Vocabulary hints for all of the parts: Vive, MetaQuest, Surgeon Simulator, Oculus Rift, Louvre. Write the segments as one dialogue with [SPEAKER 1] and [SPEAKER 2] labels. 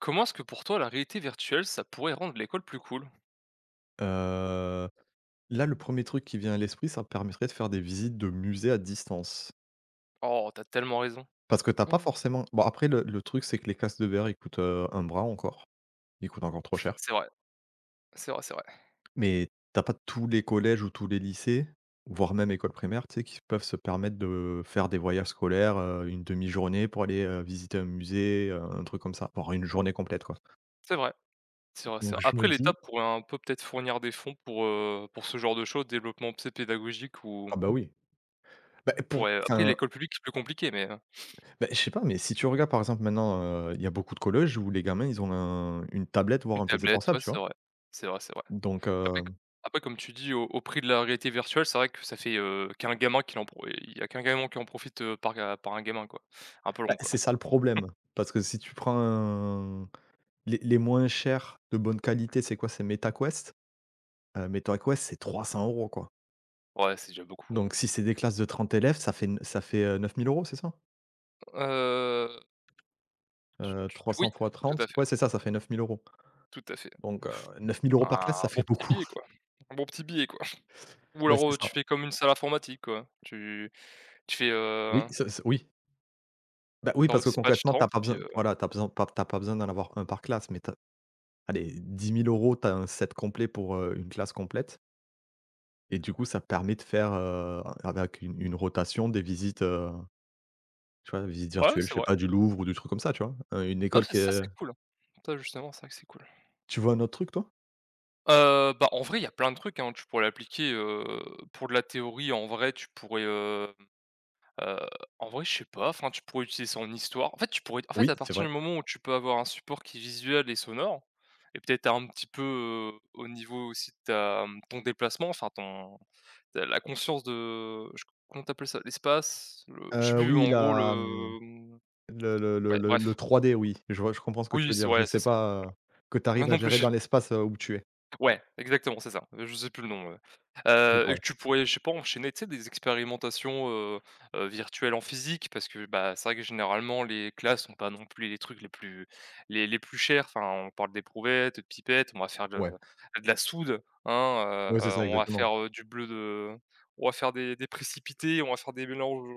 [SPEAKER 1] Comment est-ce que pour toi la réalité virtuelle, ça pourrait rendre l'école plus cool?
[SPEAKER 2] Heu, Là, le premier truc qui vient à l'esprit, ça permettrait de faire des visites de musées à distance.
[SPEAKER 1] Oh, t'as tellement raison.
[SPEAKER 2] Parce que t'as pas
[SPEAKER 1] Mmh.
[SPEAKER 2] forcément bon, après le truc, c'est que les casques de verre, ils coûtent, un bras encore. Ils coûtent encore trop cher.
[SPEAKER 1] C'est vrai, c'est vrai.
[SPEAKER 2] Mais t'as pas tous les collèges ou tous les lycées, voire même écoles primaires, tu sais, qui peuvent se permettre de faire des voyages scolaires, une demi journée pour aller, visiter un musée, un truc comme ça. Voire une journée complète, quoi.
[SPEAKER 1] C'est vrai, c'est vrai, c'est
[SPEAKER 2] Donc
[SPEAKER 1] vrai.
[SPEAKER 2] je me
[SPEAKER 1] Après l'État
[SPEAKER 2] dis
[SPEAKER 1] pourrait un peu peut-être fournir des fonds pour ce genre de choses, développement, tu pédagogique ou
[SPEAKER 2] ah bah oui, bah,
[SPEAKER 1] il
[SPEAKER 2] pour
[SPEAKER 1] pourrait après
[SPEAKER 2] enfin
[SPEAKER 1] l'école publique, c'est plus compliqué, mais
[SPEAKER 2] beh, je sais pas, mais si tu regardes par exemple maintenant, il y a beaucoup de collèges où les gamins ils ont un une tablette, voire
[SPEAKER 1] une
[SPEAKER 2] un PC
[SPEAKER 1] tablette,
[SPEAKER 2] portable,
[SPEAKER 1] ouais,
[SPEAKER 2] tu
[SPEAKER 1] c'est
[SPEAKER 2] vois?
[SPEAKER 1] vrai. C'est vrai.
[SPEAKER 2] Donc
[SPEAKER 1] Après c après comme tu dis au prix de la réalité virtuelle, c'est vrai que ça fait, qu'un gamin qui en pro il y a qu'un gamin qui en profite, par ga par un gamin, quoi. Un peu
[SPEAKER 2] bah,
[SPEAKER 1] long, quoi.
[SPEAKER 2] c'est ça le problème. Parce que si tu prends un les moins chers de bonne qualité, c'est quoi? C'est MetaQuest. MetaQuest, c'est 300 euros quoi.
[SPEAKER 1] Ouais, c'est déjà beaucoup.
[SPEAKER 2] Donc si c'est des classes de 30 élèves, ça fait 9 000 €, c'est ça?
[SPEAKER 1] Heu, tu tu
[SPEAKER 2] Trois
[SPEAKER 1] oui,
[SPEAKER 2] cents fois
[SPEAKER 1] tout
[SPEAKER 2] trente
[SPEAKER 1] à fait.
[SPEAKER 2] ouais, c'est ça, ça fait 9 000 euros.
[SPEAKER 1] Tout à fait.
[SPEAKER 2] Donc 9 000 € par
[SPEAKER 1] Un
[SPEAKER 2] classe, ça
[SPEAKER 1] bon
[SPEAKER 2] fait
[SPEAKER 1] petit
[SPEAKER 2] beaucoup.
[SPEAKER 1] billet, quoi. Un bon petit billet, quoi. Ou
[SPEAKER 2] Bah,
[SPEAKER 1] alors,
[SPEAKER 2] c'est ça.
[SPEAKER 1] tu fais comme une salle informatique, quoi. Tu fais,
[SPEAKER 2] Oui, ça oui. Bah, oui,
[SPEAKER 1] genre
[SPEAKER 2] parce que
[SPEAKER 1] dispatch
[SPEAKER 2] concrètement,
[SPEAKER 1] 30
[SPEAKER 2] t'as
[SPEAKER 1] et
[SPEAKER 2] pas
[SPEAKER 1] puis,
[SPEAKER 2] besoin voilà, t'as besoin pas tu pas besoin d'en avoir un par classe, mais tu allez, 10 000 euros, tu as un set complet pour, une classe complète. Et du coup, ça permet de faire, avec une rotation des visites, tu vois, des visites
[SPEAKER 1] ouais,
[SPEAKER 2] virtuelles,
[SPEAKER 1] c'est
[SPEAKER 2] je sais
[SPEAKER 1] vrai.
[SPEAKER 2] pas, du Louvre ou du truc comme ça, tu vois? Une
[SPEAKER 1] Non,
[SPEAKER 2] école
[SPEAKER 1] ça
[SPEAKER 2] qui
[SPEAKER 1] ça,
[SPEAKER 2] est.
[SPEAKER 1] c'est cool. Ça, justement, c'est vrai que c'est cool.
[SPEAKER 2] Tu vois un autre truc toi?
[SPEAKER 1] Bah, en vrai, il y a plein de trucs, hein. Tu pourrais l'appliquer, pour de la théorie, en vrai, tu pourrais, heu, en vrai, je sais pas, enfin, tu pourrais utiliser ça en histoire. En fait, tu pourrais en fait,
[SPEAKER 2] Oui,
[SPEAKER 1] à
[SPEAKER 2] c'est
[SPEAKER 1] partir
[SPEAKER 2] vrai.
[SPEAKER 1] du moment où tu peux avoir un support qui est visuel et sonore et peut-être un petit peu, au niveau aussi de ta, mmh, ton déplacement, enfin, ton Tu la conscience de je comment t'appelles ça? L'espace, le je sais plus
[SPEAKER 2] Oui,
[SPEAKER 1] en gros
[SPEAKER 2] la,
[SPEAKER 1] le, mmh,
[SPEAKER 2] le le le
[SPEAKER 1] ouais
[SPEAKER 2] le le
[SPEAKER 1] bref.
[SPEAKER 2] 3D, oui, je vois, je comprends ce que tu
[SPEAKER 1] Oui,
[SPEAKER 2] veux
[SPEAKER 1] c'est
[SPEAKER 2] dire. Je
[SPEAKER 1] ouais, c'est
[SPEAKER 2] sais
[SPEAKER 1] ça.
[SPEAKER 2] pas, que tu
[SPEAKER 1] Moi
[SPEAKER 2] arrives à
[SPEAKER 1] non plus,
[SPEAKER 2] gérer
[SPEAKER 1] je
[SPEAKER 2] dans l'espace, où tu es.
[SPEAKER 1] ouais, exactement, c'est ça. Je sais plus le nom,
[SPEAKER 2] Oui,
[SPEAKER 1] et que
[SPEAKER 2] pardon.
[SPEAKER 1] tu pourrais, je sais pas, enchaîner, tu sais, des expérimentations, virtuelles en physique parce que, bah, c'est vrai que généralement les classes sont pas non plus les trucs les plus les plus chers. Enfin, on parle d'éprouvettes, de pipettes, on va faire de
[SPEAKER 2] Ouais.
[SPEAKER 1] de la soude, hein,
[SPEAKER 2] Ouais, c'est ça,
[SPEAKER 1] on va
[SPEAKER 2] exactement,
[SPEAKER 1] faire, du bleu de on va faire des précipités, on va faire des mélanges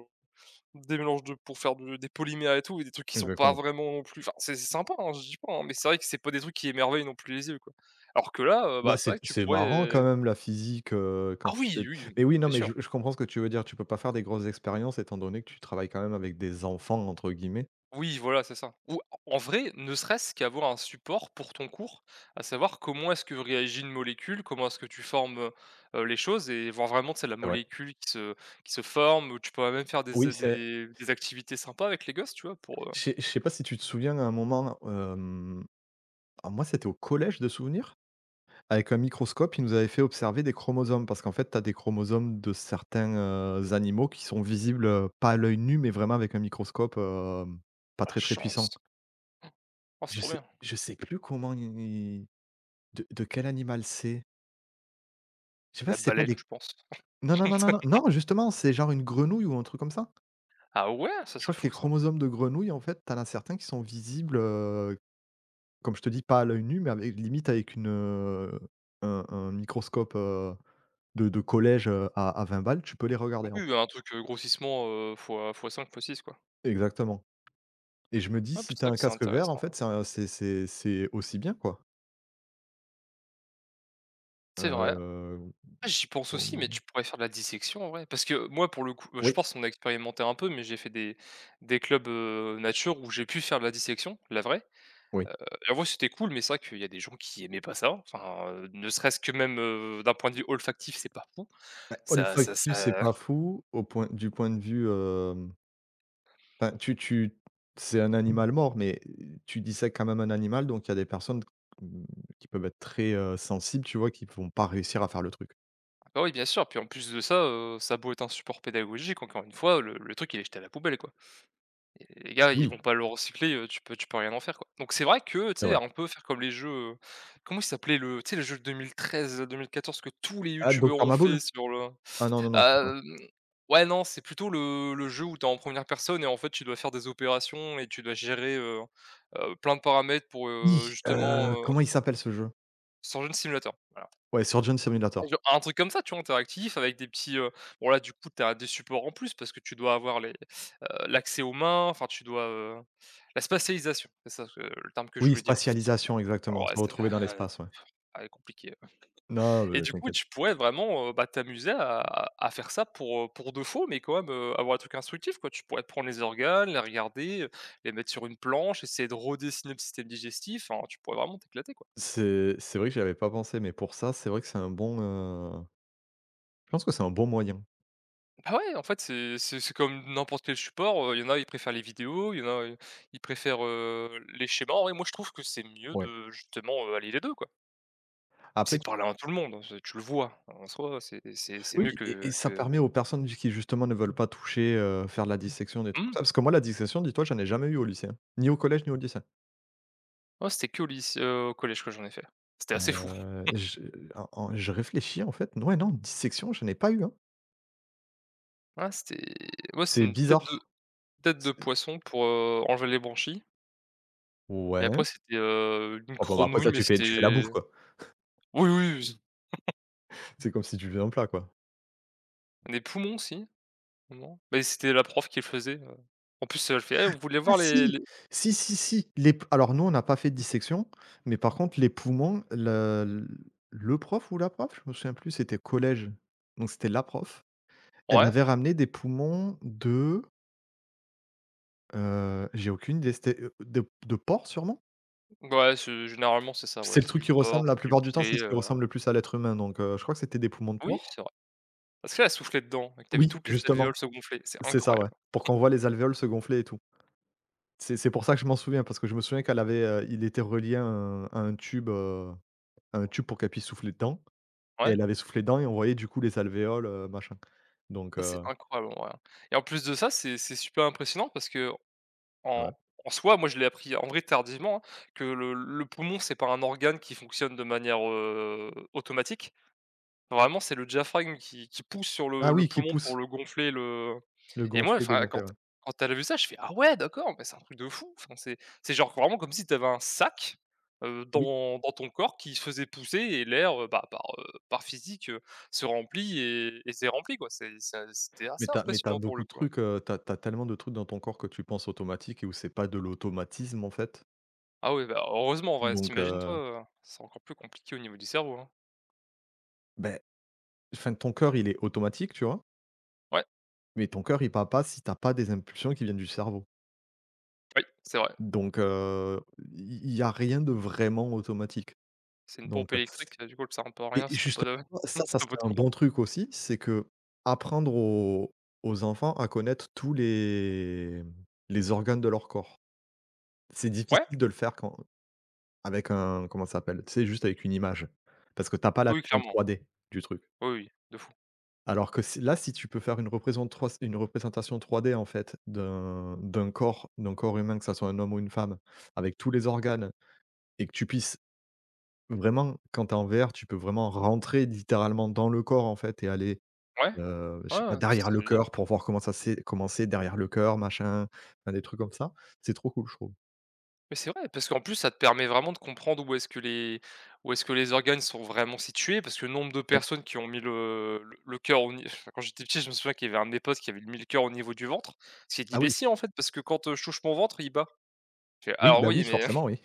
[SPEAKER 1] Des mélanges de pour faire de des polymères et tout et des trucs qui sont pas
[SPEAKER 2] exactement.
[SPEAKER 1] vraiment non plus enfin, c'est sympa, hein, je dis pas, hein, mais c'est vrai que c'est pas des trucs qui émerveillent non plus les yeux, quoi. Alors que là,
[SPEAKER 2] Bah,
[SPEAKER 1] bah, c'est
[SPEAKER 2] c'est
[SPEAKER 1] vrai que tu
[SPEAKER 2] c'est
[SPEAKER 1] pourrais,
[SPEAKER 2] marrant quand même la physique,
[SPEAKER 1] ah
[SPEAKER 2] quand tu fais.
[SPEAKER 1] oui, oui,
[SPEAKER 2] Mais oui, non,
[SPEAKER 1] bien
[SPEAKER 2] mais
[SPEAKER 1] sûr.
[SPEAKER 2] je comprends ce que tu veux dire. Tu peux pas faire des grosses expériences étant donné que tu travailles quand même avec des «enfants» entre guillemets.
[SPEAKER 1] Oui, voilà, c'est ça. Ou en vrai, ne serait-ce qu'avoir un support pour ton cours, à savoir comment est-ce que réagit une molécule, comment est-ce que tu formes, les choses et voir vraiment, tu sais, la
[SPEAKER 2] C'est vrai.
[SPEAKER 1] molécule qui se forme, ou tu pourrais même faire des
[SPEAKER 2] Oui,
[SPEAKER 1] a
[SPEAKER 2] c'est
[SPEAKER 1] des des activités sympas avec les gosses, tu vois? Pour,
[SPEAKER 2] je sais pas si tu te souviens à un moment, ah moi c'était au collège de souvenir, avec un microscope, ils nous avaient fait observer des chromosomes parce qu'en fait, tu as des chromosomes de certains, animaux qui sont visibles, pas à l'œil nu, mais vraiment avec un microscope, pas
[SPEAKER 1] la
[SPEAKER 2] très, très puissant.
[SPEAKER 1] chance. Oh, c'est
[SPEAKER 2] Je
[SPEAKER 1] trop
[SPEAKER 2] sais
[SPEAKER 1] bien.
[SPEAKER 2] je sais plus comment i de quel animal c'est. Je sais pas
[SPEAKER 1] La
[SPEAKER 2] si c'est pas
[SPEAKER 1] baleine, je
[SPEAKER 2] des
[SPEAKER 1] pense.
[SPEAKER 2] non, non, non, non, non, non, justement, c'est genre une grenouille ou un truc comme ça.
[SPEAKER 1] Ah ouais? Ça,
[SPEAKER 2] Je
[SPEAKER 1] c'est
[SPEAKER 2] crois que les
[SPEAKER 1] fou ça.
[SPEAKER 2] chromosomes de grenouille, en fait, t'en as certains qui sont visibles, comme je te dis, pas à l'œil nu, mais avec limite avec une, un microscope, de collège, à 20 balles, tu peux les regarder, en
[SPEAKER 1] Oui,
[SPEAKER 2] fait.
[SPEAKER 1] bah, un truc, grossissement, fois 5 fois 6 quoi.
[SPEAKER 2] Exactement. Et je me dis
[SPEAKER 1] Ouais,
[SPEAKER 2] si
[SPEAKER 1] c'est
[SPEAKER 2] t'as
[SPEAKER 1] vrai
[SPEAKER 2] un
[SPEAKER 1] que c'est
[SPEAKER 2] casque vert, en
[SPEAKER 1] intéressant, ouais.
[SPEAKER 2] fait, c'est un c'est aussi bien, quoi.
[SPEAKER 1] C'est vrai.
[SPEAKER 2] Heu,
[SPEAKER 1] Ah, j'y pense aussi, mais
[SPEAKER 2] Comment?
[SPEAKER 1] tu pourrais faire de la dissection en vrai. Parce que moi, pour le coup, bah, je
[SPEAKER 2] Oui,
[SPEAKER 1] pense qu'on a expérimenté un peu, mais j'ai fait des clubs, nature où j'ai pu faire de la dissection, la vraie.
[SPEAKER 2] oui.
[SPEAKER 1] Et en vrai, c'était cool, mais c'est vrai qu'il y a des gens qui aimaient pas ça. Enfin, ne serait-ce que même, d'un point de vue olfactif, c'est pas fou.
[SPEAKER 2] Bah,
[SPEAKER 1] Ça ça ça
[SPEAKER 2] olfactif, c'est pas fou au point du point de vue. Enfin, tu tu c'est un animal mort, mais tu dissèques quand même un animal, donc il y a des personnes q mmh, qui peuvent être très, sensibles, tu vois? Qui vont pas réussir à faire le truc.
[SPEAKER 1] bah, oui, bien sûr, puis en plus de ça, ça a beau être un support pédagogique, encore une fois, le truc il est jeté à la poubelle quoi. Et les gars, ils vont
[SPEAKER 2] Oui,
[SPEAKER 1] pas le recycler, tu peux rien en faire, quoi. Donc c'est vrai que, tu
[SPEAKER 2] c'est
[SPEAKER 1] sais,
[SPEAKER 2] vrai.
[SPEAKER 1] un peu faire comme les jeux, comment il s'appelait le tu sais, le jeu de 2013-2014 que tous les
[SPEAKER 2] Ah,
[SPEAKER 1] youtubeurs
[SPEAKER 2] Docteur
[SPEAKER 1] ont
[SPEAKER 2] Maboul?
[SPEAKER 1] fait sur le
[SPEAKER 2] Ah non, non, non, c'est pas.
[SPEAKER 1] hem, ouais, non, c'est plutôt le jeu où t'es en première personne et en fait, tu dois faire des opérations et tu dois gérer, plein de paramètres pour,
[SPEAKER 2] Oui.
[SPEAKER 1] justement,
[SPEAKER 2] Comment il s'appelle ce jeu?
[SPEAKER 1] c'est un de simulateur, voilà.
[SPEAKER 2] Ouais, Surgeon Simulator.
[SPEAKER 1] Gen un truc comme ça, tu vois, interactif avec des petits, bon là, du coup, tu as des supports en plus parce que tu dois avoir les, l'accès aux mains, enfin tu dois, la spatialisation, c'est ça que le terme que je
[SPEAKER 2] Oui,
[SPEAKER 1] voulais dire.
[SPEAKER 2] spatialisation,
[SPEAKER 1] Ah
[SPEAKER 2] exactement,
[SPEAKER 1] ouais,
[SPEAKER 2] se
[SPEAKER 1] c'est
[SPEAKER 2] retrouver dans
[SPEAKER 1] euh,
[SPEAKER 2] l'espace, ouais.
[SPEAKER 1] ah ouais, compliqué, ouais
[SPEAKER 2] Non,
[SPEAKER 1] et
[SPEAKER 2] mais
[SPEAKER 1] du coup,
[SPEAKER 2] t'inquiète.
[SPEAKER 1] tu pourrais vraiment, bah, t'amuser à faire ça pour de faux, mais quand même, avoir un truc instructif, quoi. Tu pourrais prendre les organes, les regarder, les mettre sur une planche, essayer de redessiner le système digestif, enfin, tu pourrais vraiment t'éclater, quoi.
[SPEAKER 2] C'est vrai que j'y avais pas pensé, mais pour ça, c'est vrai que c'est un bon, je pense que c'est un bon moyen,
[SPEAKER 1] Bah ouais, en fait, c'est comme n'importe quel support, il y en a, ils préfèrent les vidéos, il y en a, ils préfèrent, les schémas. En vrai, moi, je trouve que c'est mieux
[SPEAKER 2] ouais.
[SPEAKER 1] de justement, allier les 2 quoi.
[SPEAKER 2] Après.
[SPEAKER 1] C'est parler à tout le monde, hein, c'est tu le vois, en soi, c'est
[SPEAKER 2] Oui
[SPEAKER 1] mieux
[SPEAKER 2] et
[SPEAKER 1] que
[SPEAKER 2] et ça
[SPEAKER 1] que
[SPEAKER 2] permet aux personnes qui justement ne veulent pas toucher, faire de la dissection, des trucs comme
[SPEAKER 1] mmh,
[SPEAKER 2] ça. Parce que moi la dissection, dis-toi, j'en ai jamais eu au lycée, hein. Ni au collège, ni au lycée.
[SPEAKER 1] oh, c'était que au lycée, au collège que j'en ai fait. C'était assez fou.
[SPEAKER 2] Je en en je réfléchis en fait, ouais, non, dissection, je n'ai pas eu, hein.
[SPEAKER 1] Ah, c'était moi, c'était
[SPEAKER 2] C'est
[SPEAKER 1] une tête de
[SPEAKER 2] bizarre. C'est
[SPEAKER 1] poisson pour, enlever les branchies et après,
[SPEAKER 2] ouais,
[SPEAKER 1] c'était, une
[SPEAKER 2] enfin, bah, après
[SPEAKER 1] grenouille
[SPEAKER 2] ça
[SPEAKER 1] mais
[SPEAKER 2] tu fais
[SPEAKER 1] c'était
[SPEAKER 2] tu fais la bouffe, quoi.
[SPEAKER 1] oui, oui, oui,
[SPEAKER 2] C'est comme si tu faisais un plat, quoi.
[SPEAKER 1] des poumons aussi. Non, mais c'était la prof qui le faisait, en plus, elle fait: «Eh, vous voulez
[SPEAKER 2] Ah
[SPEAKER 1] voir
[SPEAKER 2] si!
[SPEAKER 1] les»
[SPEAKER 2] Si, si, si, les p alors nous on n'a pas fait de dissection, mais par contre les poumons, le prof ou la prof, je me souviens plus, c'était collège, donc c'était la prof. Elle
[SPEAKER 1] ouais,
[SPEAKER 2] avait ramené des poumons de… J'ai aucune idée, c'était, de porc sûrement?
[SPEAKER 1] ouais, c'est généralement, c'est ça, ouais,
[SPEAKER 2] C'est le
[SPEAKER 1] c'est
[SPEAKER 2] truc
[SPEAKER 1] du
[SPEAKER 2] qui
[SPEAKER 1] porc,
[SPEAKER 2] ressemble la
[SPEAKER 1] c'est du
[SPEAKER 2] plupart du temps, c'est
[SPEAKER 1] poulet,
[SPEAKER 2] ce qui ressemble le plus à l'être humain donc je crois que c'était des poumons de
[SPEAKER 1] oui,
[SPEAKER 2] porc.
[SPEAKER 1] c'est vrai. Parce qu'elle a soufflé dedans et que tu
[SPEAKER 2] Oui,
[SPEAKER 1] toutes les
[SPEAKER 2] justement,
[SPEAKER 1] alvéoles se gonfler, c'est
[SPEAKER 2] c'est ça, ouais,
[SPEAKER 1] incroyable.
[SPEAKER 2] pour qu'on voit les alvéoles se gonfler et tout. C'est pour ça que je m'en souviens parce que je me souviens qu'elle avait, il était relié à un tube pour qu'elle puisse souffler dedans et
[SPEAKER 1] Ouais,
[SPEAKER 2] elle avait soufflé dedans et on voyait du coup les alvéoles, machin donc
[SPEAKER 1] ça, c'est incroyable, en vrai, hein et en plus de ça, c'est super impressionnant parce que en
[SPEAKER 2] ouais.
[SPEAKER 1] en soi, moi, je l'ai appris, en vrai, tardivement, hein, que le poumon, c'est pas un organe qui fonctionne de manière, automatique. Vraiment, c'est le diaphragme qui pousse sur le
[SPEAKER 2] Ah
[SPEAKER 1] le
[SPEAKER 2] oui, qui
[SPEAKER 1] poumon pour
[SPEAKER 2] poussent,
[SPEAKER 1] le gonfler, le
[SPEAKER 2] le
[SPEAKER 1] et moi,
[SPEAKER 2] gonfler et
[SPEAKER 1] enfin, quand
[SPEAKER 2] dégonfler, ouais.
[SPEAKER 1] quand elle vu ça, je fais: «Ah ouais, d'accord, mais c'est un truc de fou!» Enfin, c'est genre vraiment comme si t'avais un sac,
[SPEAKER 2] Oui.
[SPEAKER 1] dans ton corps qui se faisait pousser et l'air, bah, par, par physique, se remplit et s'est rempli, quoi. C'est ça c'était assez
[SPEAKER 2] Mais t'as
[SPEAKER 1] impressionnant pour le
[SPEAKER 2] beaucoup de
[SPEAKER 1] coup, hein.
[SPEAKER 2] trucs, t'as as tellement de trucs dans ton corps que tu penses automatique et où c'est pas de l'automatisme, en fait.
[SPEAKER 1] Ah oui, bah, heureusement en vrai,
[SPEAKER 2] Donc
[SPEAKER 1] t'imagines toi, c'est encore plus compliqué au niveau du cerveau, hein.
[SPEAKER 2] beh, enfin, ton cœur, il est automatique, tu vois?
[SPEAKER 1] Ouais,
[SPEAKER 2] Mais ton cœur, il parle pas si t'as pas des impulsions qui viennent du cerveau.
[SPEAKER 1] oui, c'est vrai.
[SPEAKER 2] Donc il y a rien de vraiment automatique.
[SPEAKER 1] C'est une pompe
[SPEAKER 2] Donc
[SPEAKER 1] électrique, du coup, elle sert un peu à
[SPEAKER 2] et
[SPEAKER 1] rien si t'as pas
[SPEAKER 2] justement,
[SPEAKER 1] de
[SPEAKER 2] ça,
[SPEAKER 1] si
[SPEAKER 2] ça
[SPEAKER 1] t'as pas
[SPEAKER 2] serait
[SPEAKER 1] de
[SPEAKER 2] un
[SPEAKER 1] courant.
[SPEAKER 2] bon truc aussi, c'est qu'apprendre aux enfants à connaître tous les, les organes de leur corps. C'est
[SPEAKER 1] Ouais,
[SPEAKER 2] difficile de le faire quand avec un. Comment ça s'appelle? Tu sais, juste avec une image. Parce que t'as pas la
[SPEAKER 1] oui,
[SPEAKER 2] vision
[SPEAKER 1] clairement.
[SPEAKER 2] 3D du truc.
[SPEAKER 1] Oui, oui, de fou.
[SPEAKER 2] Alors que si là, si tu peux faire une représente trois une représentation 3D en fait d'un corps humain, que ça soit un homme ou une femme, avec tous les organes et que tu puisses vraiment quand t'es es en VR, tu peux vraiment rentrer littéralement dans le corps en fait et aller,
[SPEAKER 1] Ouais,
[SPEAKER 2] je
[SPEAKER 1] ouais,
[SPEAKER 2] sais pas,
[SPEAKER 1] ouais,
[SPEAKER 2] derrière
[SPEAKER 1] c'est
[SPEAKER 2] le
[SPEAKER 1] génial.
[SPEAKER 2] cœur pour voir comment ça s'est commencé derrière le cœur, machin, enfin des trucs comme ça. C'est trop cool, je trouve.
[SPEAKER 1] Mais c'est vrai, parce qu'en plus, ça te permet vraiment de comprendre où est-ce que les où est-ce que les organes sont vraiment situés, parce que le nombre de
[SPEAKER 2] Oui.
[SPEAKER 1] personnes qui ont mis le cœur au ni quand j'étais petit, je me souviens qu'il y avait un de mes potes qui avait mis le cœur au niveau du ventre, ce qui est
[SPEAKER 2] Ah oui,
[SPEAKER 1] d'imbécile, en fait, parce que quand, je touche mon ventre, il bat. Je fais:
[SPEAKER 2] oui,
[SPEAKER 1] «Alors
[SPEAKER 2] bah
[SPEAKER 1] oui,
[SPEAKER 2] oui,
[SPEAKER 1] mais
[SPEAKER 2] forcément, oui.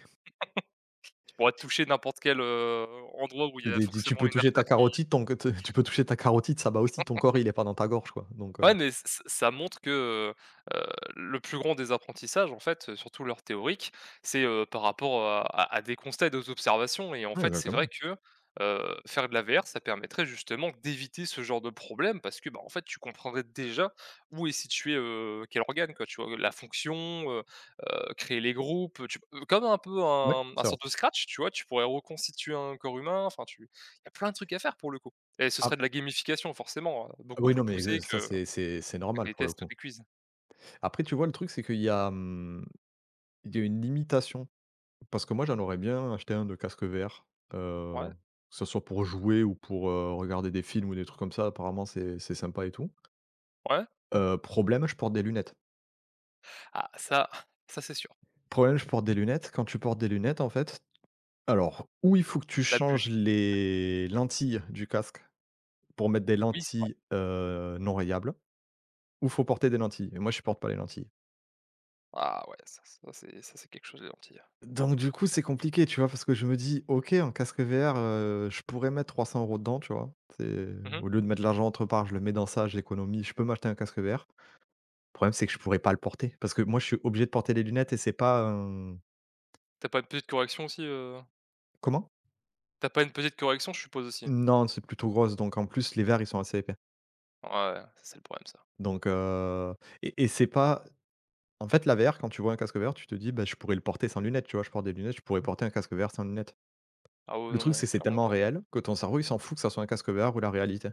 [SPEAKER 1] tu pourrais toucher n'importe quel, endroit où il y a
[SPEAKER 2] Tu
[SPEAKER 1] forcément
[SPEAKER 2] peux
[SPEAKER 1] une
[SPEAKER 2] toucher
[SPEAKER 1] artère
[SPEAKER 2] ta carotide, ton que te tu peux toucher ta carotide, ça va aussi, ton corps, il est pas dans ta gorge, quoi, donc
[SPEAKER 1] ouais, mais ç ç ça montre que, heu le plus grand des apprentissages, en fait, surtout leur théorique, c'est, par rapport à des constats et des observations et en
[SPEAKER 2] oui,
[SPEAKER 1] fait, c'est vrai
[SPEAKER 2] exactement.
[SPEAKER 1] que, faire de la VR, ça permettrait justement d'éviter ce genre de problème parce que, bah, en fait, tu comprendrais déjà où est situé, quel organe, quoi, tu vois? La fonction, heu créer les groupes, tu p comme un peu
[SPEAKER 2] Ouais,
[SPEAKER 1] un
[SPEAKER 2] c'est vrai.
[SPEAKER 1] sorte de Scratch, tu vois? Tu pourrais reconstituer un corps humain, enfin, tu il y a plein de trucs à faire pour le coup et ce serait
[SPEAKER 2] Ap
[SPEAKER 1] de la gamification forcément, hein, beaucoup
[SPEAKER 2] Oui,
[SPEAKER 1] plus
[SPEAKER 2] non, mais
[SPEAKER 1] poussée
[SPEAKER 2] ça,
[SPEAKER 1] que
[SPEAKER 2] c'est normal,
[SPEAKER 1] des
[SPEAKER 2] pour le
[SPEAKER 1] tests ou
[SPEAKER 2] coup.
[SPEAKER 1] des quiz?
[SPEAKER 2] Après, tu vois, le truc, c'est qu'il y a, il y a une limitation, parce que moi, j'en aurais bien acheté un de casque VR, heu,
[SPEAKER 1] Ouais,
[SPEAKER 2] que ce soit pour jouer ou pour, regarder des films ou des trucs comme ça, apparemment, c'est sympa et tout.
[SPEAKER 1] ouais.
[SPEAKER 2] Problème, je porte des lunettes.
[SPEAKER 1] Ah ça ça c'est sûr.
[SPEAKER 2] Problème, je porte des lunettes. Quand tu portes des lunettes, en fait, alors, ou il faut que tu
[SPEAKER 1] La bulle,
[SPEAKER 2] changes les lentilles du casque pour mettre des
[SPEAKER 1] oui c'est vrai.
[SPEAKER 2] lentilles, non rayables ou faut porter des lentilles et moi je porte pas les lentilles.
[SPEAKER 1] Ah ouais, ça ça c'est quelque chose les lentilles.
[SPEAKER 2] Donc du coup, c'est compliqué, tu vois? Parce que je me dis: «OK, un casque VR, je pourrais mettre 300 euros dedans», tu vois? C'est
[SPEAKER 1] Mmh mh.
[SPEAKER 2] au lieu de mettre l'argent entre part, je le mets dans ça, j'économise, je peux m'acheter un casque VR. Le problème, c'est que je pourrais pas le porter parce que moi, je suis obligé de porter des lunettes et c'est pas, hem
[SPEAKER 1] Pas une petite correction aussi, heu?
[SPEAKER 2] comment?
[SPEAKER 1] Tu pas une petite correction je suppose aussi?
[SPEAKER 2] Non, c'est plutôt grosse donc en plus, les verres, ils sont assez épais
[SPEAKER 1] Ouais, ouais, ça c'est le problème ça.
[SPEAKER 2] donc et c'est pas en fait, la VR, quand tu vois un casque VR, tu te dis: «Bah, je pourrais le porter sans lunettes», tu vois? Je porte des lunettes, je pourrais porter un casque VR sans lunettes.
[SPEAKER 1] Ah ouais,
[SPEAKER 2] Le
[SPEAKER 1] non,
[SPEAKER 2] truc, c'est
[SPEAKER 1] non,
[SPEAKER 2] c'est
[SPEAKER 1] clairement
[SPEAKER 2] tellement
[SPEAKER 1] pas.
[SPEAKER 2] réel que ton cerveau, il s'en fout que ça soit un casque VR ou la réalité.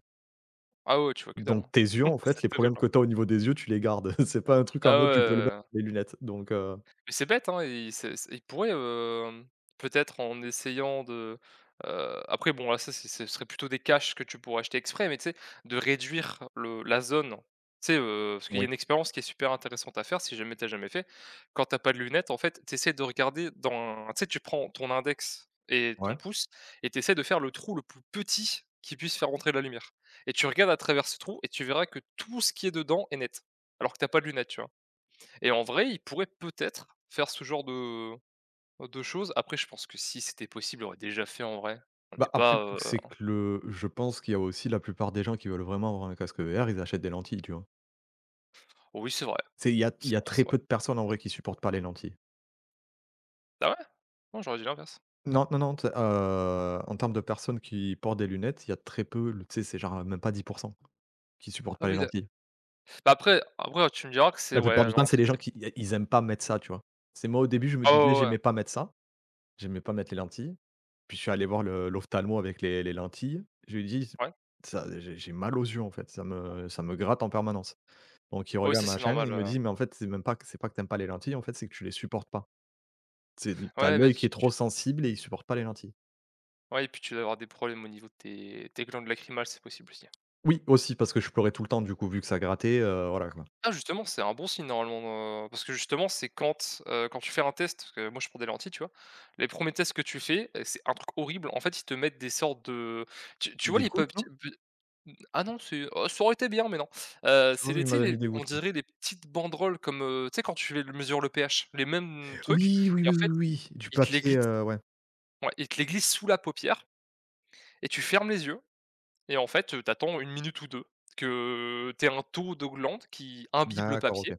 [SPEAKER 1] Ah ouais, tu vois que dalle,
[SPEAKER 2] Donc
[SPEAKER 1] hein.
[SPEAKER 2] tes yeux, en fait,
[SPEAKER 1] C'est
[SPEAKER 2] les
[SPEAKER 1] terrible,
[SPEAKER 2] problèmes
[SPEAKER 1] hein.
[SPEAKER 2] que tu as au niveau des yeux, tu les gardes. C'est pas un truc en
[SPEAKER 1] Ah ouais,
[SPEAKER 2] mode je peux le
[SPEAKER 1] ouais, ouais,
[SPEAKER 2] mettre
[SPEAKER 1] ouais.
[SPEAKER 2] les lunettes. Donc
[SPEAKER 1] Mais c'est bête, hein, il c'est il pourrait, peut-être en essayant de, après bon là ça c'est ce serait plutôt des caches que tu pourrais acheter exprès, mais tu sais, de réduire le la zone, tu sais, parce qu'il y a
[SPEAKER 2] oui,
[SPEAKER 1] une expérience qui est super intéressante à faire si jamais t'as jamais fait. Quand t'as pas de lunettes en fait, tu essaies de regarder dans tu sais, tu prends ton index et ton
[SPEAKER 2] ouais.
[SPEAKER 1] pouce et tu essaies de faire le trou le plus petit qui puisse faire entrer la lumière et tu regardes à travers ce trou et tu verras que tout ce qui est dedans est net, alors que t'as pas de lunettes, tu vois? Et en vrai, il pourrait peut-être faire ce genre de choses. Après, je pense que si c'était possible, il aurait déjà fait en vrai. On n'est
[SPEAKER 2] Bah, après
[SPEAKER 1] pas,
[SPEAKER 2] le truc, c'est que le je pense qu'il y a aussi la plupart des gens qui veulent vraiment avoir un casque VR, ils achètent des lentilles, tu vois?
[SPEAKER 1] oui, c'est vrai,
[SPEAKER 2] C'est il y a il
[SPEAKER 1] c'est
[SPEAKER 2] y a
[SPEAKER 1] vrai,
[SPEAKER 2] très
[SPEAKER 1] c'est vrai.
[SPEAKER 2] peu de personnes en vrai qui supportent pas les lentilles.
[SPEAKER 1] Ah ouais? Non, j'aurais dit l'inverse.
[SPEAKER 2] Non, non, non, tu sais, en termes de personnes qui portent des lunettes, il y a très peu, le tu sais, c'est genre même pas 10 qui supportent
[SPEAKER 1] Ah
[SPEAKER 2] pas les
[SPEAKER 1] oui, d'a
[SPEAKER 2] lentilles.
[SPEAKER 1] bah, après après tu me diras que c'est
[SPEAKER 2] La plupart
[SPEAKER 1] ouais,
[SPEAKER 2] du
[SPEAKER 1] non,
[SPEAKER 2] temps,
[SPEAKER 1] en
[SPEAKER 2] c'est
[SPEAKER 1] fait,
[SPEAKER 2] les gens
[SPEAKER 1] c'est
[SPEAKER 2] qui ils aiment pas mettre ça, tu vois? C'est moi au début, je me
[SPEAKER 1] ah
[SPEAKER 2] disais:
[SPEAKER 1] ouais, ouais,
[SPEAKER 2] «J'aimais pas mettre ça, j'aimais pas mettre les lentilles». Puis je suis allé voir le l'ophtalmo avec les lentilles. Je lui ai dit:
[SPEAKER 1] ouais.
[SPEAKER 2] «Ça J'ai mal aux yeux, en fait, ça me gratte en permanence». Donc il
[SPEAKER 1] Oh, oui,
[SPEAKER 2] regarde
[SPEAKER 1] ça,
[SPEAKER 2] ma
[SPEAKER 1] c'est
[SPEAKER 2] machin,
[SPEAKER 1] normal,
[SPEAKER 2] il me dit: «Mais en fait, c'est même pas que t'aimes pas les lentilles, en fait, c'est que tu les supportes pas. C'est
[SPEAKER 1] ouais, mais
[SPEAKER 2] l'œil qui
[SPEAKER 1] tu
[SPEAKER 2] est
[SPEAKER 1] tu
[SPEAKER 2] trop sensible et il supporte pas les lentilles».
[SPEAKER 1] ouais, et puis tu dois avoir des problèmes au niveau de tes tes glandes lacrymales, c'est possible aussi.
[SPEAKER 2] Oui, aussi parce que je pleurais tout le temps, du coup, vu que ça grattait, voilà, quoi.
[SPEAKER 1] Ah justement, c'est un bon signe normalement, parce que justement, c'est quand, quand tu fais un test, parce que moi je prends des lentilles, tu vois? Les premiers tests que tu fais, c'est un truc horrible. En fait, ils te mettent des sortes de tu vois
[SPEAKER 2] Des
[SPEAKER 1] les pop
[SPEAKER 2] gouttes, non?
[SPEAKER 1] ah non, c'est oh ça aurait été bien, mais non.
[SPEAKER 2] Je
[SPEAKER 1] C'est
[SPEAKER 2] crois
[SPEAKER 1] les
[SPEAKER 2] qu'il
[SPEAKER 1] tu sais
[SPEAKER 2] m'avait
[SPEAKER 1] les
[SPEAKER 2] mis des
[SPEAKER 1] on
[SPEAKER 2] gouttes, moi.
[SPEAKER 1] dirait des petites banderoles comme, tu sais quand tu fais le mesures le pH, les mêmes trucs
[SPEAKER 2] Oui, oui,
[SPEAKER 1] et en
[SPEAKER 2] oui, oui,
[SPEAKER 1] fait,
[SPEAKER 2] oui, du
[SPEAKER 1] ils te les
[SPEAKER 2] papier,
[SPEAKER 1] glissent
[SPEAKER 2] ouais.
[SPEAKER 1] ouais, ils te les glissent sous la paupière et tu fermes les yeux et en fait, tu attends minute ou 2 que t'aies un taux de glandes qui imbibe le
[SPEAKER 2] D'accord, OK.
[SPEAKER 1] papier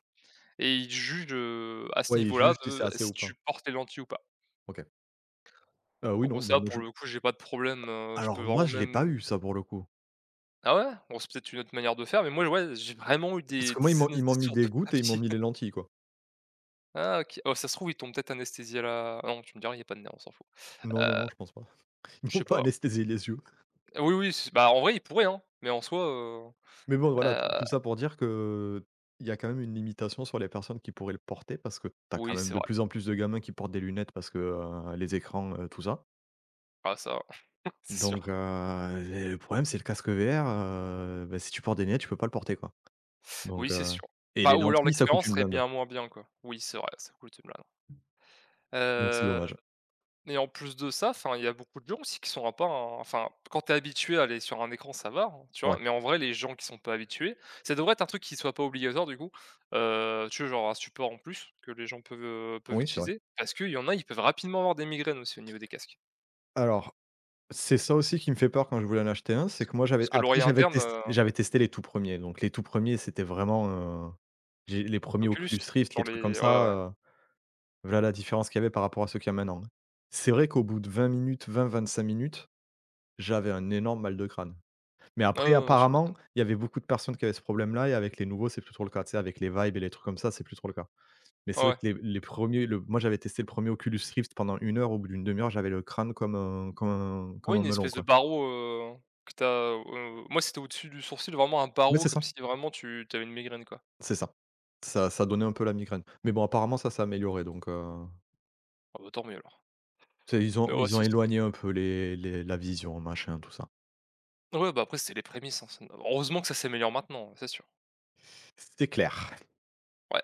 [SPEAKER 1] et ils jugent à ce
[SPEAKER 2] Oui,
[SPEAKER 1] niveau-là
[SPEAKER 2] juste si c'est
[SPEAKER 1] de
[SPEAKER 2] assez
[SPEAKER 1] si
[SPEAKER 2] ou pas.
[SPEAKER 1] tu portes les lentilles ou pas.
[SPEAKER 2] OK. Oui,
[SPEAKER 1] Donc moi
[SPEAKER 2] non, bah,
[SPEAKER 1] ça
[SPEAKER 2] moi
[SPEAKER 1] pour
[SPEAKER 2] je
[SPEAKER 1] le coup j'ai pas de problème, je peux
[SPEAKER 2] alors
[SPEAKER 1] vraiment
[SPEAKER 2] moi je l'ai
[SPEAKER 1] même
[SPEAKER 2] pas eu ça pour le coup.
[SPEAKER 1] ah ouais? Bon c'est peut-être une autre manière de faire, mais moi ouais j'ai vraiment eu
[SPEAKER 2] Parce que moi ils
[SPEAKER 1] des
[SPEAKER 2] m'ont
[SPEAKER 1] anes des
[SPEAKER 2] ils m'ont mis
[SPEAKER 1] sortes
[SPEAKER 2] des
[SPEAKER 1] de
[SPEAKER 2] gouttes et ils m'ont
[SPEAKER 1] papiers.
[SPEAKER 2] mis les lentilles, quoi.
[SPEAKER 1] Ah OK. Oh ça se trouve ils t'ont peut-être anesthésié là. Ah non tu me diras il y a pas de nerf, on s'en fout.
[SPEAKER 2] Non, non,
[SPEAKER 1] Heu,
[SPEAKER 2] non, je pense pas. Ils
[SPEAKER 1] je
[SPEAKER 2] m'ont
[SPEAKER 1] sais
[SPEAKER 2] pas
[SPEAKER 1] pas.
[SPEAKER 2] anesthésié les yeux.
[SPEAKER 1] Oui, oui, c bah en vrai ils pourraient, hein, mais en soi,
[SPEAKER 2] Mais bon voilà, tout
[SPEAKER 1] heu,
[SPEAKER 2] tout ça pour dire qu'il y a quand même une limitation sur les personnes qui pourraient le porter parce que tu as quand
[SPEAKER 1] oui
[SPEAKER 2] même
[SPEAKER 1] c'est
[SPEAKER 2] de
[SPEAKER 1] vrai.
[SPEAKER 2] plus en plus de gamins qui portent des lunettes parce que, les écrans, tout ça.
[SPEAKER 1] Ah ça c'est
[SPEAKER 2] Donc
[SPEAKER 1] sûr.
[SPEAKER 2] et le problème c'est le casque VR, bah, si tu portes des lunettes, tu peux pas le porter, quoi.
[SPEAKER 1] Oui
[SPEAKER 2] Donc
[SPEAKER 1] c'est sûr.
[SPEAKER 2] et
[SPEAKER 1] Bah
[SPEAKER 2] les
[SPEAKER 1] ou alors
[SPEAKER 2] lentilles ça coûte
[SPEAKER 1] l'expérience
[SPEAKER 2] une
[SPEAKER 1] serait
[SPEAKER 2] blinde.
[SPEAKER 1] bien moins bien quoi. Oui c'est vrai, ça cool ce côté-là.
[SPEAKER 2] Donc c'est
[SPEAKER 1] Heu
[SPEAKER 2] dommage.
[SPEAKER 1] Et en plus de ça, enfin, il y a beaucoup de gens aussi qui sont à pas un enfin, quand t'es habitué à aller sur un écran, ça va, hein, tu vois?
[SPEAKER 2] Ouais.
[SPEAKER 1] Mais en vrai, les gens qui sont pas habitués, ça devrait être un truc qui soit pas obligatoire du coup, tu vois, genre un support en plus que les gens peuvent, peuvent
[SPEAKER 2] Oui, c'est vrai.
[SPEAKER 1] utiliser parce qu'il y en a, ils peuvent rapidement avoir des migraines aussi au niveau des casques.
[SPEAKER 2] Alors. C'est ça aussi qui me fait peur quand je voulais en acheter un, c'est que moi j'avais
[SPEAKER 1] Parce que
[SPEAKER 2] après
[SPEAKER 1] l'oreille
[SPEAKER 2] j'avais
[SPEAKER 1] interne,
[SPEAKER 2] testé j'avais testé les tout premiers, donc les tout premiers c'était vraiment, heu, j'ai les premiers
[SPEAKER 1] Oculus,
[SPEAKER 2] Oculus Rift,
[SPEAKER 1] genre
[SPEAKER 2] les trucs comme
[SPEAKER 1] les ouais,
[SPEAKER 2] ça,
[SPEAKER 1] ouais.
[SPEAKER 2] voilà la différence qu'il y avait par rapport à ceux qu'il y a maintenant, hein. C'est vrai qu'au bout de 20 minutes, 25 minutes, j'avais un énorme mal de crâne. Mais
[SPEAKER 1] Ouais,
[SPEAKER 2] après
[SPEAKER 1] ouais, ouais, tu
[SPEAKER 2] apparemment,
[SPEAKER 1] m'étonnes.
[SPEAKER 2] il y avait beaucoup de personnes qui avaient ce problème-là et avec les nouveaux, c'est plus trop le cas, tu sais? Avec les Vive et les trucs comme ça, c'est plus trop le cas. Mais
[SPEAKER 1] Ouais,
[SPEAKER 2] c'est vrai
[SPEAKER 1] ouais.
[SPEAKER 2] que les premiers le moi j'avais testé le premier Oculus Rift pendant une heure, au bout d'une demi heure, j'avais le crâne comme un comme un
[SPEAKER 1] Ouais,
[SPEAKER 2] comme
[SPEAKER 1] une
[SPEAKER 2] un melon,
[SPEAKER 1] espèce de
[SPEAKER 2] quoi.
[SPEAKER 1] barreau, que t'as, as moi, c'était au-dessus du sourcil, vraiment un
[SPEAKER 2] Mais
[SPEAKER 1] barreau
[SPEAKER 2] c'est
[SPEAKER 1] comme
[SPEAKER 2] ça.
[SPEAKER 1] si vraiment tu avais une migraine, quoi.
[SPEAKER 2] C'est ça. Ça donnait un peu la migraine. Mais bon, apparemment ça s'est amélioré donc
[SPEAKER 1] Ah bah, tant mieux alors.
[SPEAKER 2] tu ils
[SPEAKER 1] Mais
[SPEAKER 2] ont
[SPEAKER 1] ouais,
[SPEAKER 2] ils ont
[SPEAKER 1] ça
[SPEAKER 2] éloigné un peu les la vision, machin, tout ça.
[SPEAKER 1] ouais, bah, après, c'est les prémices, hein, ça n heureusement que ça s'améliore maintenant, c'est sûr.
[SPEAKER 2] C'était clair.